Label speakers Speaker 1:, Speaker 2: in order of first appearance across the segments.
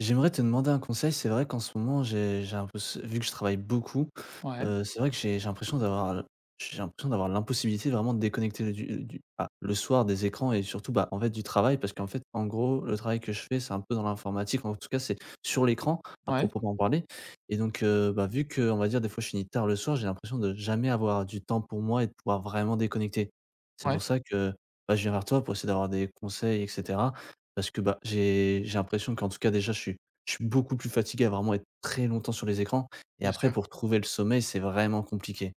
Speaker 1: J'aimerais te demander un conseil. C'est vrai qu'en ce moment, j'ai un peu ce vu que je travaille beaucoup,
Speaker 2: Ouais,
Speaker 1: c'est vrai que j'ai l'impression d'avoir l'impossibilité vraiment de déconnecter le, du ah, le soir des écrans et surtout, bah, en fait, du travail parce qu'en fait, en gros, le travail que je fais, c'est un peu dans l'informatique. En tout cas, c'est sur l'écran à
Speaker 2: ouais,
Speaker 1: proprement parler. Et donc bah, vu qu'on va dire des fois je finis tard le soir, j'ai l'impression de jamais avoir du temps pour moi et de pouvoir vraiment déconnecter. C'est pour
Speaker 2: ouais,
Speaker 1: ça que, bah, je viens vers toi pour essayer d'avoir des conseils etc. Parce que, bah, j'ai l'impression qu'en tout cas déjà je suis beaucoup plus fatigué à vraiment être très longtemps sur les écrans et
Speaker 2: bien
Speaker 1: après
Speaker 2: sûr.
Speaker 1: pour trouver le sommeil, c'est vraiment compliqué.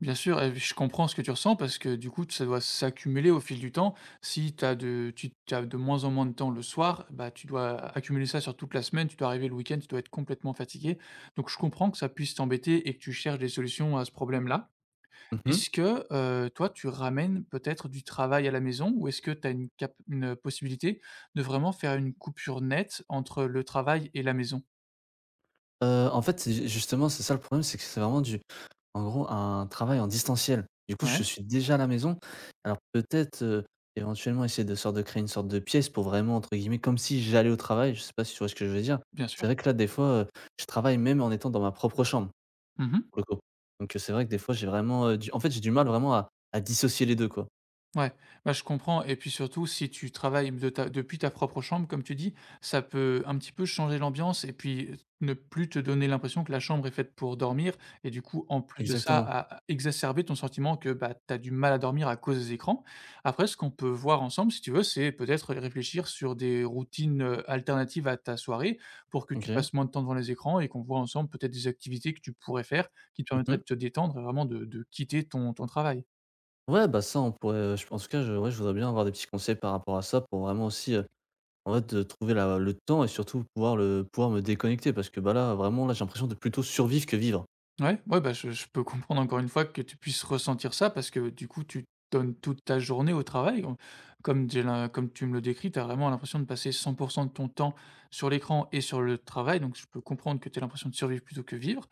Speaker 2: Bien sûr et je comprends ce que tu ressens parce que du coup, ça doit s'accumuler au fil du temps. Si t'as de tu as de moins en moins de temps le soir, bah, tu dois accumuler ça sur toute la semaine, tu dois arriver le week-end, tu dois être complètement fatigué. Donc je comprends que ça puisse t'embêter et que tu cherches des solutions à ce problème-là.
Speaker 1: Mmh mh.
Speaker 2: Est-ce que, toi, tu ramènes peut-être du travail à la maison ou est-ce que tu as une possibilité de vraiment faire une coupure nette entre le travail et la maison?
Speaker 1: En fait, c'est ju justement, c'est ça le problème, c'est que c'est vraiment du en gros, un travail en distanciel. Du coup, je
Speaker 2: Ouais,
Speaker 1: suis déjà à la maison. Alors peut-être, éventuellement essayer de sorte de créer une sorte de pièce pour vraiment entre guillemets «comme si j'allais au travail». Je sais pas si tu vois ce que je veux dire?
Speaker 2: bien
Speaker 1: C'est
Speaker 2: sûr.
Speaker 1: vrai que là, des fois, je travaille même en étant dans ma propre chambre,
Speaker 2: Mmh.
Speaker 1: pour le coup. Donc, c'est vrai que des fois j'ai vraiment, du en fait, j'ai du mal vraiment à dissocier les 2 quoi.
Speaker 2: Ouais, bah, je comprends et puis surtout si tu travailles de ta depuis ta propre chambre comme tu dis, ça peut un petit peu changer l'ambiance et puis, ne plus te donner l'impression que la chambre est faite pour dormir et du coup, en plus de ça,
Speaker 1: Exactement.
Speaker 2: à exacerber ton sentiment que, bah, tu as du mal à dormir à cause des écrans. Après ce qu'on peut voir ensemble si tu veux, c'est peut-être réfléchir sur des routines, alternatives à ta soirée pour que
Speaker 1: OK.
Speaker 2: tu
Speaker 1: Mmh.
Speaker 2: passes moins de temps devant les écrans et qu'on voit ensemble peut-être des activités que tu pourrais faire qui te permettraient de te détendre et vraiment de quitter ton travail.
Speaker 1: Ouais, bah, ça, on pourrait, je en tout cas, je ouais, je voudrais bien avoir des petits conseils par rapport à ça pour vraiment aussi, en fait, trouver la le temps et surtout pouvoir me déconnecter parce que, bah, là, vraiment, là, j'ai l'impression de plutôt survivre que vivre.
Speaker 2: Ouais, ouais, bah, je peux comprendre encore une fois que tu puisses ressentir ça parce que du coup, tu donnes toute ta journée au travail. Comme, comme tu me le décris, tu as vraiment l'impression de passer 100% de ton temps sur l'écran et sur le travail. Donc, je peux comprendre que tu as l'impression de survivre plutôt que vivre.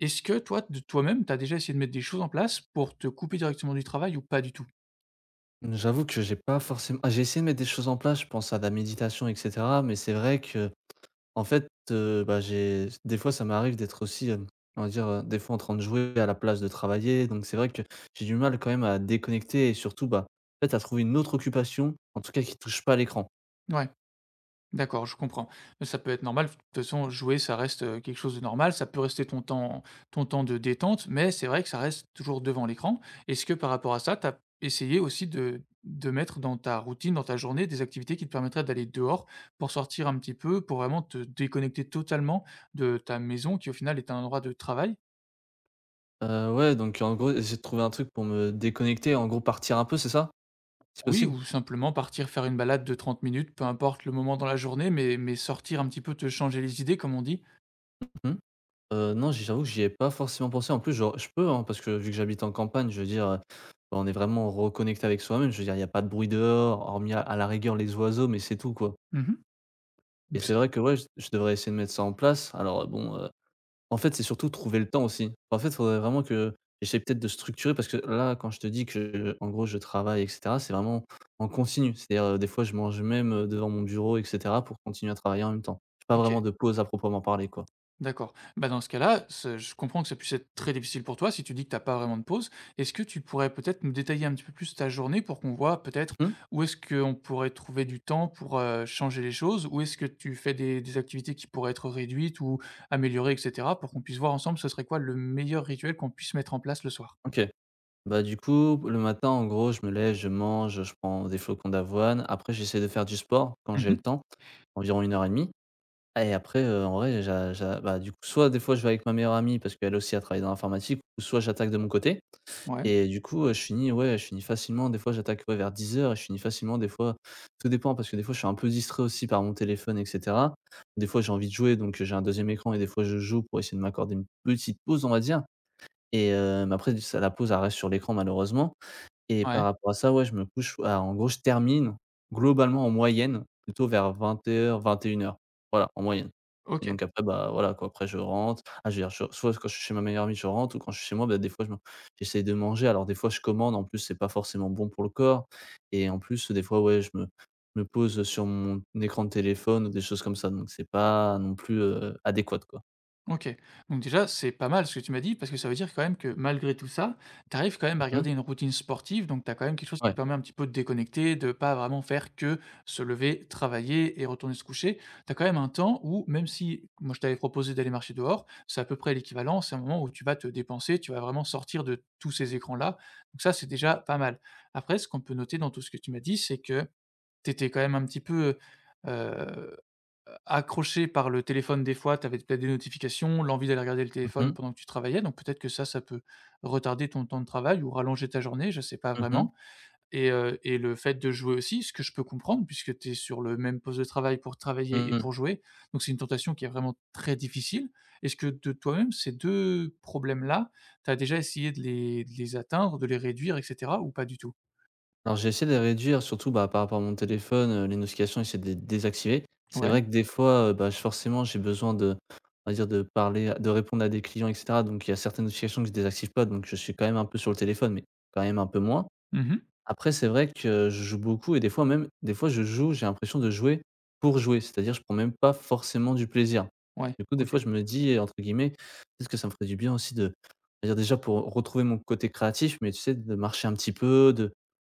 Speaker 2: Est-ce que toi, de toi-même, tu as déjà essayé de mettre des choses en place pour te couper directement du travail ou pas du tout?
Speaker 1: J'avoue que j'ai pas forcément j'ai essayé de mettre des choses en place, je pense à de la méditation et cetera, mais c'est vrai que en fait, bah, j'ai des fois, ça m'arrive d'être aussi, on va dire, des fois en train de jouer à la place de travailler donc c'est vrai que j'ai du mal quand même à déconnecter et surtout, bah, en fait, à trouver une autre occupation, en tout cas qui touche pas à l'écran.
Speaker 2: Ouais. D'accord, je comprends. Ça peut être normal. De toute façon, jouer, ça reste, quelque chose de normal. Ça peut rester ton temps de détente, mais c'est vrai que ça reste toujours devant l'écran. Est-ce que par rapport à ça, tu as essayé aussi de mettre dans ta routine, dans ta journée, des activités qui te permettraient d'aller dehors pour sortir un petit peu, pour vraiment te déconnecter totalement de ta maison qui, au final, est un endroit de travail?
Speaker 1: Ouais, donc en gros, essayer de trouver un truc pour me déconnecter, en gros partir un peu, c'est ça? C'est
Speaker 2: Oui,
Speaker 1: possible?
Speaker 2: ou simplement partir faire une balade de 30 minutes, peu importe le moment dans la journée, mais sortir un petit peu, te changer les idées, comme on dit.
Speaker 1: Mmh. Non, j'avoue que j'y ai pas forcément pensé. En plus, genre, je peux, hein, parce que vu que j'habite en campagne, je veux dire, bah, on est vraiment reconnecté avec soi-même. Je veux dire, il y a pas de bruit dehors, hormis à la rigueur les oiseaux, mais c'est tout, quoi.
Speaker 2: Mmh.
Speaker 1: Et
Speaker 2: Donc
Speaker 1: c'est
Speaker 2: ça
Speaker 1: vrai que, ouais, je devrais essayer de mettre ça en place. Alors, bon, en fait, c'est surtout trouver le temps aussi. En fait, il faudrait vraiment que j'essaie peut-être de structurer parce que là, quand je te dis que, en gros, je travaille et cetera, c'est vraiment en continu. C'est-à-dire, des fois, je mange même, devant mon bureau et cetera pour continuer à travailler en même temps. J'ai pas vraiment
Speaker 2: OK.
Speaker 1: de pause à proprement parler, quoi.
Speaker 2: D'accord. Bah, dans ce cas-là, ce je comprends que ça puisse être très difficile pour toi si tu dis que tu as pas vraiment de pause. Est-ce que tu pourrais peut-être nous détailler un petit peu plus ta journée pour qu'on voit peut-être
Speaker 1: Mmh.
Speaker 2: où est-ce qu'on pourrait trouver du temps pour, changer les choses? Où est-ce que tu fais des activités qui pourraient être réduites ou améliorées et cetera? Pour qu'on puisse voir ensemble ce serait quoi le meilleur rituel qu'on puisse mettre en place le soir?
Speaker 1: OK. Bah, du coup, le matin, en gros, je me lève, je mange, je prends des flocons d'avoine. Après, j'essaie de faire du sport quand j'ai le
Speaker 2: Mmh.
Speaker 1: temps, environ une heure et demie. Et après, en vrai, j'a j'a bah, du coup, soit des fois, je vais avec ma meilleure amie parce qu'elle aussi, a travaillé dans l'informatique ou soit j'attaque de mon côté.
Speaker 2: Ouais,
Speaker 1: Et du coup, je finis facilement, des fois j'attaque ouais vers 10h et je finis facilement des fois, tout dépend parce que des fois je suis un peu distrait aussi par mon téléphone et cetera. Des fois j'ai envie de jouer donc j'ai un deuxième écran et des fois je joue pour essayer de m'accorder une petite pause on va dire. Et après ça la pause, elle reste sur l'écran malheureusement. Et par
Speaker 2: ouais,
Speaker 1: rapport à ça, ouais, je me couche à en gros, je termine globalement en moyenne plutôt vers 20:00-21:00. Voilà, en moyenne. Et
Speaker 2: OK.
Speaker 1: donc après, bah, voilà quoi, après je rentre. Ah, je veux dire, je soit quand je suis chez ma meilleure amie, je rentre ou quand je suis chez moi, bah, des fois je me j'essaye de manger. Alors des fois, je commande, en plus, c'est pas forcément bon pour le corps, et en plus, des fois, ouais, je me pose sur mon écran de téléphone ou des choses comme ça, donc c'est pas non plus, adéquat quoi.
Speaker 2: OK. Donc déjà, c'est pas mal ce que tu m'as dit, parce que ça veut dire quand même que malgré tout ça, tu arrives quand même à
Speaker 1: Mmh.
Speaker 2: regarder une routine sportive, donc tu as quand même quelque chose qui
Speaker 1: Ouais.
Speaker 2: te permet un petit peu de déconnecter, de pas vraiment faire que se lever, travailler et retourner se coucher. Tu as quand même un temps où, même si moi je t'avais proposé d'aller marcher dehors, c'est à peu près l'équivalent, c'est un moment où tu vas te dépenser, tu vas vraiment sortir de tous ces écrans-là. Donc ça, c'est déjà pas mal. Après, ce qu'on peut noter dans tout ce que tu m'as dit, c'est que tu étais quand même un petit peu, heu accroché par le téléphone des fois, tu avais peut-être des notifications, l'envie d'aller regarder le
Speaker 1: Mmh
Speaker 2: téléphone
Speaker 1: mh.
Speaker 2: pendant que tu travaillais, donc peut-être que ça peut retarder ton temps de travail ou rallonger ta journée, je sais pas
Speaker 1: Mmh.
Speaker 2: vraiment. Et le fait de jouer aussi, ce que je peux comprendre puisque tu es sur le même poste de travail pour travailler et
Speaker 1: Mmh.
Speaker 2: pour jouer, donc c'est une tentation qui est vraiment très difficile. Est-ce que de toi-même, ces 2 problèmes-là, tu as déjà essayé de les atteindre, de les réduire et cetera ou pas du tout?
Speaker 1: Alors j'ai essayé de les réduire surtout, bah, par rapport à mon téléphone, les notifications, j'essaie de les désactiver. C'est vrai
Speaker 2: Ouais.
Speaker 1: que des fois, bah, je forcément j'ai besoin de, on va dire, de répondre à des clients et cetera, donc il y a certaines notifications que je désactive pas, donc je suis quand même un peu sur le téléphone, mais quand même un peu moins.
Speaker 2: Mmh.
Speaker 1: Après, c'est vrai que je joue beaucoup et des fois même des fois je joue, j'ai l'impression de jouer pour jouer. C'est-à-dire, je prends même pas forcément du plaisir.
Speaker 2: Ouais,
Speaker 1: Du coup, des
Speaker 2: OK,
Speaker 1: fois, je me dis, entre guillemets, peut-être que ça me ferait du bien aussi de c'est-à-dire déjà pour retrouver mon côté créatif, mais tu sais, de marcher un petit peu, de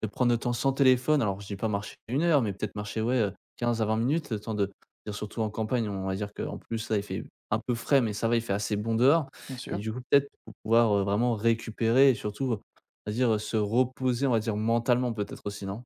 Speaker 1: de prendre le temps sans téléphone. Alors, je dis pas marcher une heure, mais peut-être marcher, ouais, 15 à 20 minutes, le temps de dire surtout en campagne, on va dire qu'en plus, là, il fait un peu frais, mais ça va, il fait assez bon dehors.
Speaker 2: bien
Speaker 1: Et
Speaker 2: sûr.
Speaker 1: du coup, peut-être pour pouvoir, vraiment récupérer et surtout, c'est-à-dire, se reposer, on va dire mentalement peut-être aussi, non?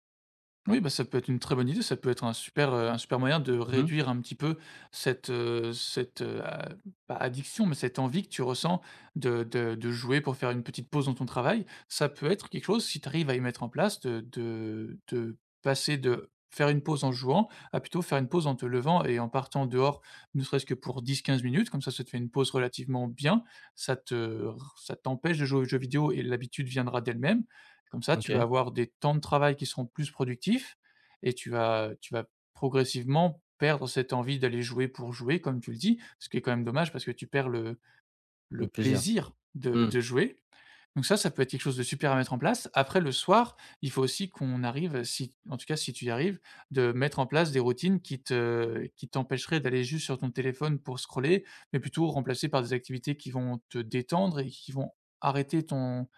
Speaker 2: Oui, bah, ça peut être une très bonne idée, ça peut être un super moyen de
Speaker 1: Mmh mh.
Speaker 2: réduire un petit peu cette, cette, a pas addiction, mais cette envie que tu ressens de jouer pour faire une petite pause dans ton travail. Ça peut être quelque chose, si tu arrives à y mettre en place, de passer de faire une pause en jouant à plutôt faire une pause en te levant et en partant dehors, ne serait-ce que pour 10 à 15 minutes. Comme ça te fait une pause relativement bien. Ça te Ça t'empêche de jouer aux jeux vidéo et l'habitude viendra d'elle-même. Comme ça, tu vas
Speaker 1: OK,
Speaker 2: avoir des temps de travail qui seront plus productifs et tu vas progressivement perdre cette envie d'aller jouer pour jouer, comme tu le dis, ce qui est quand même dommage parce que tu perds
Speaker 1: le
Speaker 2: le
Speaker 1: plaisir.
Speaker 2: plaisir de
Speaker 1: Mmh.
Speaker 2: de jouer. Donc ça peut être quelque chose de super à mettre en place. Après le soir, il faut aussi qu'on arrive, si en tout cas si tu y arrives, de mettre en place des routines qui t'empêcheraient d'aller juste sur ton téléphone pour scroller, mais plutôt remplacées par des activités qui vont te détendre et qui vont arrêter ton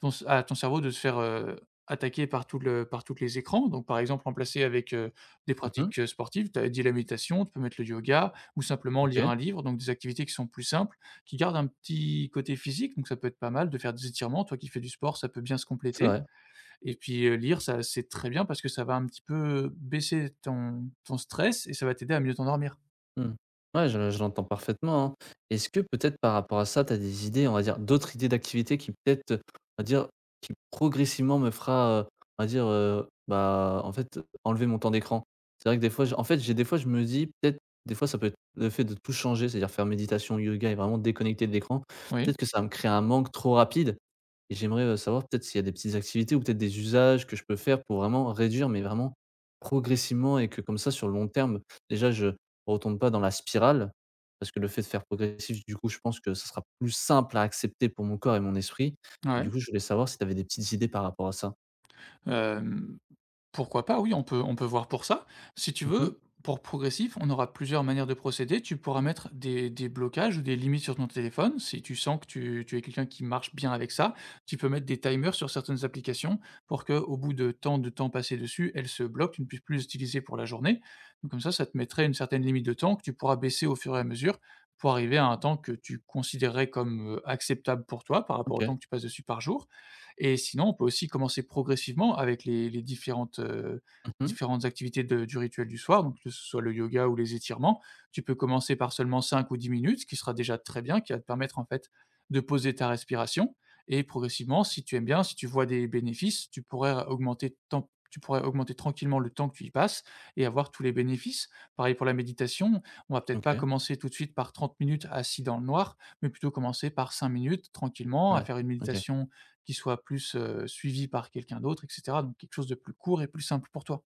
Speaker 2: ton c à ton cerveau de se faire, attaquer par tout le par toutes les écrans, donc par exemple remplacer avec, des
Speaker 1: Mmh mh.
Speaker 2: pratiques, sportives. Tu as dit la méditation, tu peux mettre le yoga ou simplement lire
Speaker 1: OK,
Speaker 2: un livre, donc des activités qui sont plus simples, qui gardent un petit côté physique, donc ça peut être pas mal de faire des étirements. Toi qui fais du sport, ça peut bien se
Speaker 1: c'est
Speaker 2: compléter
Speaker 1: vrai.
Speaker 2: et puis, lire ça c'est très bien parce que ça va un petit peu baisser ton stress et ça va t'aider à mieux t'endormir.
Speaker 1: Mmh. Ouais, je l'entends parfaitement, hein. Est-ce que peut-être par rapport à ça, tu as des idées, on va dire d'autres idées d'activités qui peut-être, on va dire, qui progressivement me fera, on va dire, bah, en fait, enlever mon temps d'écran? C'est vrai que des fois j en fait, j'ai des fois je me dis peut-être des fois ça peut être le fait de tout changer, c'est-à-dire faire méditation, yoga et vraiment déconnecter de l'écran. Peut-être
Speaker 2: Oui.
Speaker 1: que ça va me créer un manque trop rapide et j'aimerais, savoir peut-être s'il y a des petites activités ou peut-être des usages que je peux faire pour vraiment réduire, mais vraiment progressivement et que comme ça sur le long terme, déjà je retombe pas dans la spirale, parce que le fait de faire progressif, du coup, je pense que ça sera plus simple à accepter pour mon corps et mon esprit. Et du
Speaker 2: Ouais.
Speaker 1: coup, je voulais savoir si tu avais des petites idées par rapport à ça?
Speaker 2: Hem Pourquoi pas? Oui, on peut voir pour ça. Si tu
Speaker 1: Mmh mh.
Speaker 2: veux, pour progressif, on aura plusieurs manières de procéder. Tu pourras mettre des blocages ou des limites sur ton téléphone, si tu sens que tu es quelqu'un qui marche bien avec ça. Tu peux mettre des timers sur certaines applications pour que au bout de tant de temps passé dessus, elles se bloquent, tu ne puisses plus les utiliser pour la journée. Donc comme ça te mettrait une certaine limite de temps que tu pourras baisser au fur et à mesure pour arriver à un temps que tu considérerais comme, acceptable pour toi par rapport au
Speaker 1: OK.
Speaker 2: temps que tu passes dessus par jour et sinon, on peut aussi commencer progressivement avec les différentes,
Speaker 1: Mmh.
Speaker 2: différentes activités de du rituel du soir, donc que ce soit le yoga ou les étirements. Tu peux commencer par seulement 5 ou 10 minutes, ce qui sera déjà très bien, qui va te permettre, en fait, de poser ta respiration et progressivement, si tu aimes bien, si tu vois des bénéfices, tu pourrais augmenter temp tu pourrais augmenter tranquillement le temps que tu y passes et avoir tous les bénéfices. Pareil pour la méditation, on va peut-être pas
Speaker 1: OK.
Speaker 2: commencer tout de suite par 30 minutes assis dans le noir, mais plutôt commencer par 5 minutes tranquillement
Speaker 1: Mmh.
Speaker 2: à
Speaker 1: Ouais.
Speaker 2: faire une
Speaker 1: OK.
Speaker 2: méditation qui soit plus, suivi par quelqu'un d'autre et cetera, donc quelque chose de plus court et plus simple pour toi.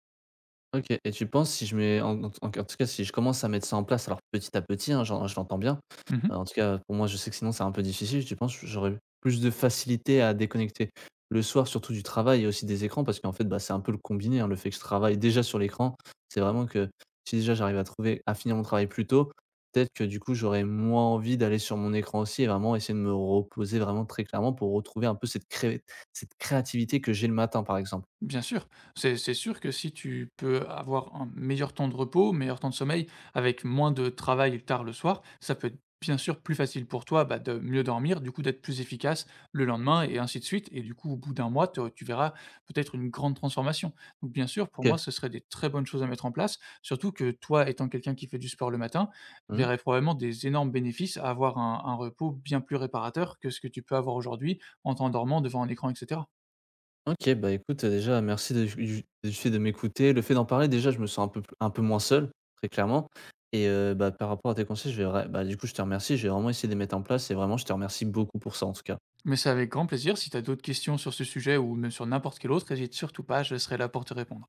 Speaker 1: OK et tu penses si je mets en en en en tout cas, si je commence à mettre ça en place, alors petit à petit, hein, j'en je l'entends bien.
Speaker 2: Mmh.
Speaker 1: En tout cas, pour moi, je sais que sinon c'est un peu difficile. Tu penses que j'aurais plus de facilité à déconnecter le soir, surtout du travail et aussi des écrans? Parce qu'en fait, bah, c'est un peu le combiné, hein, le fait que je travaille déjà sur l'écran, c'est vraiment que si déjà j'arrive à finir mon travail plus tôt, peut-être que du coup, j'aurais moins envie d'aller sur mon écran aussi et vraiment essayer de me reposer vraiment très clairement pour retrouver un peu cette créativité que j'ai le matin, par exemple.
Speaker 2: Bien sûr, c'est sûr que si tu peux avoir un meilleur temps de repos, meilleur temps de sommeil, avec moins de travail tard le soir, ça peut être bien sûr plus facile pour toi bah, de mieux dormir, du coup d'être plus efficace le lendemain et ainsi de suite. Et du coup, au bout d'1 mois, tu verras peut-être une grande transformation. Donc bien sûr, pour
Speaker 1: OK.
Speaker 2: moi, ce serait des très bonnes choses à mettre en place, surtout que toi, étant quelqu'un qui fait du sport le matin,
Speaker 1: Mmh.
Speaker 2: verrais probablement des énormes bénéfices à avoir un repos bien plus réparateur que ce que tu peux avoir aujourd'hui en t'endormant devant un écran, et cetera.
Speaker 1: OK, bah, écoute, déjà merci de du fait de m'écouter. Le fait d'en parler déjà, je me sens un peu moins seul, très clairement. Et bah, par rapport à tes conseils, je vais vrai bah, du coup, je te remercie. Je vais vraiment essayer de les mettre en place et vraiment je te remercie beaucoup pour ça, en tout cas.
Speaker 2: Mais c'est avec grand plaisir. Si tu as d'autres questions sur ce sujet ou même sur n'importe quel autre, hésite surtout pas, je serai là pour te répondre.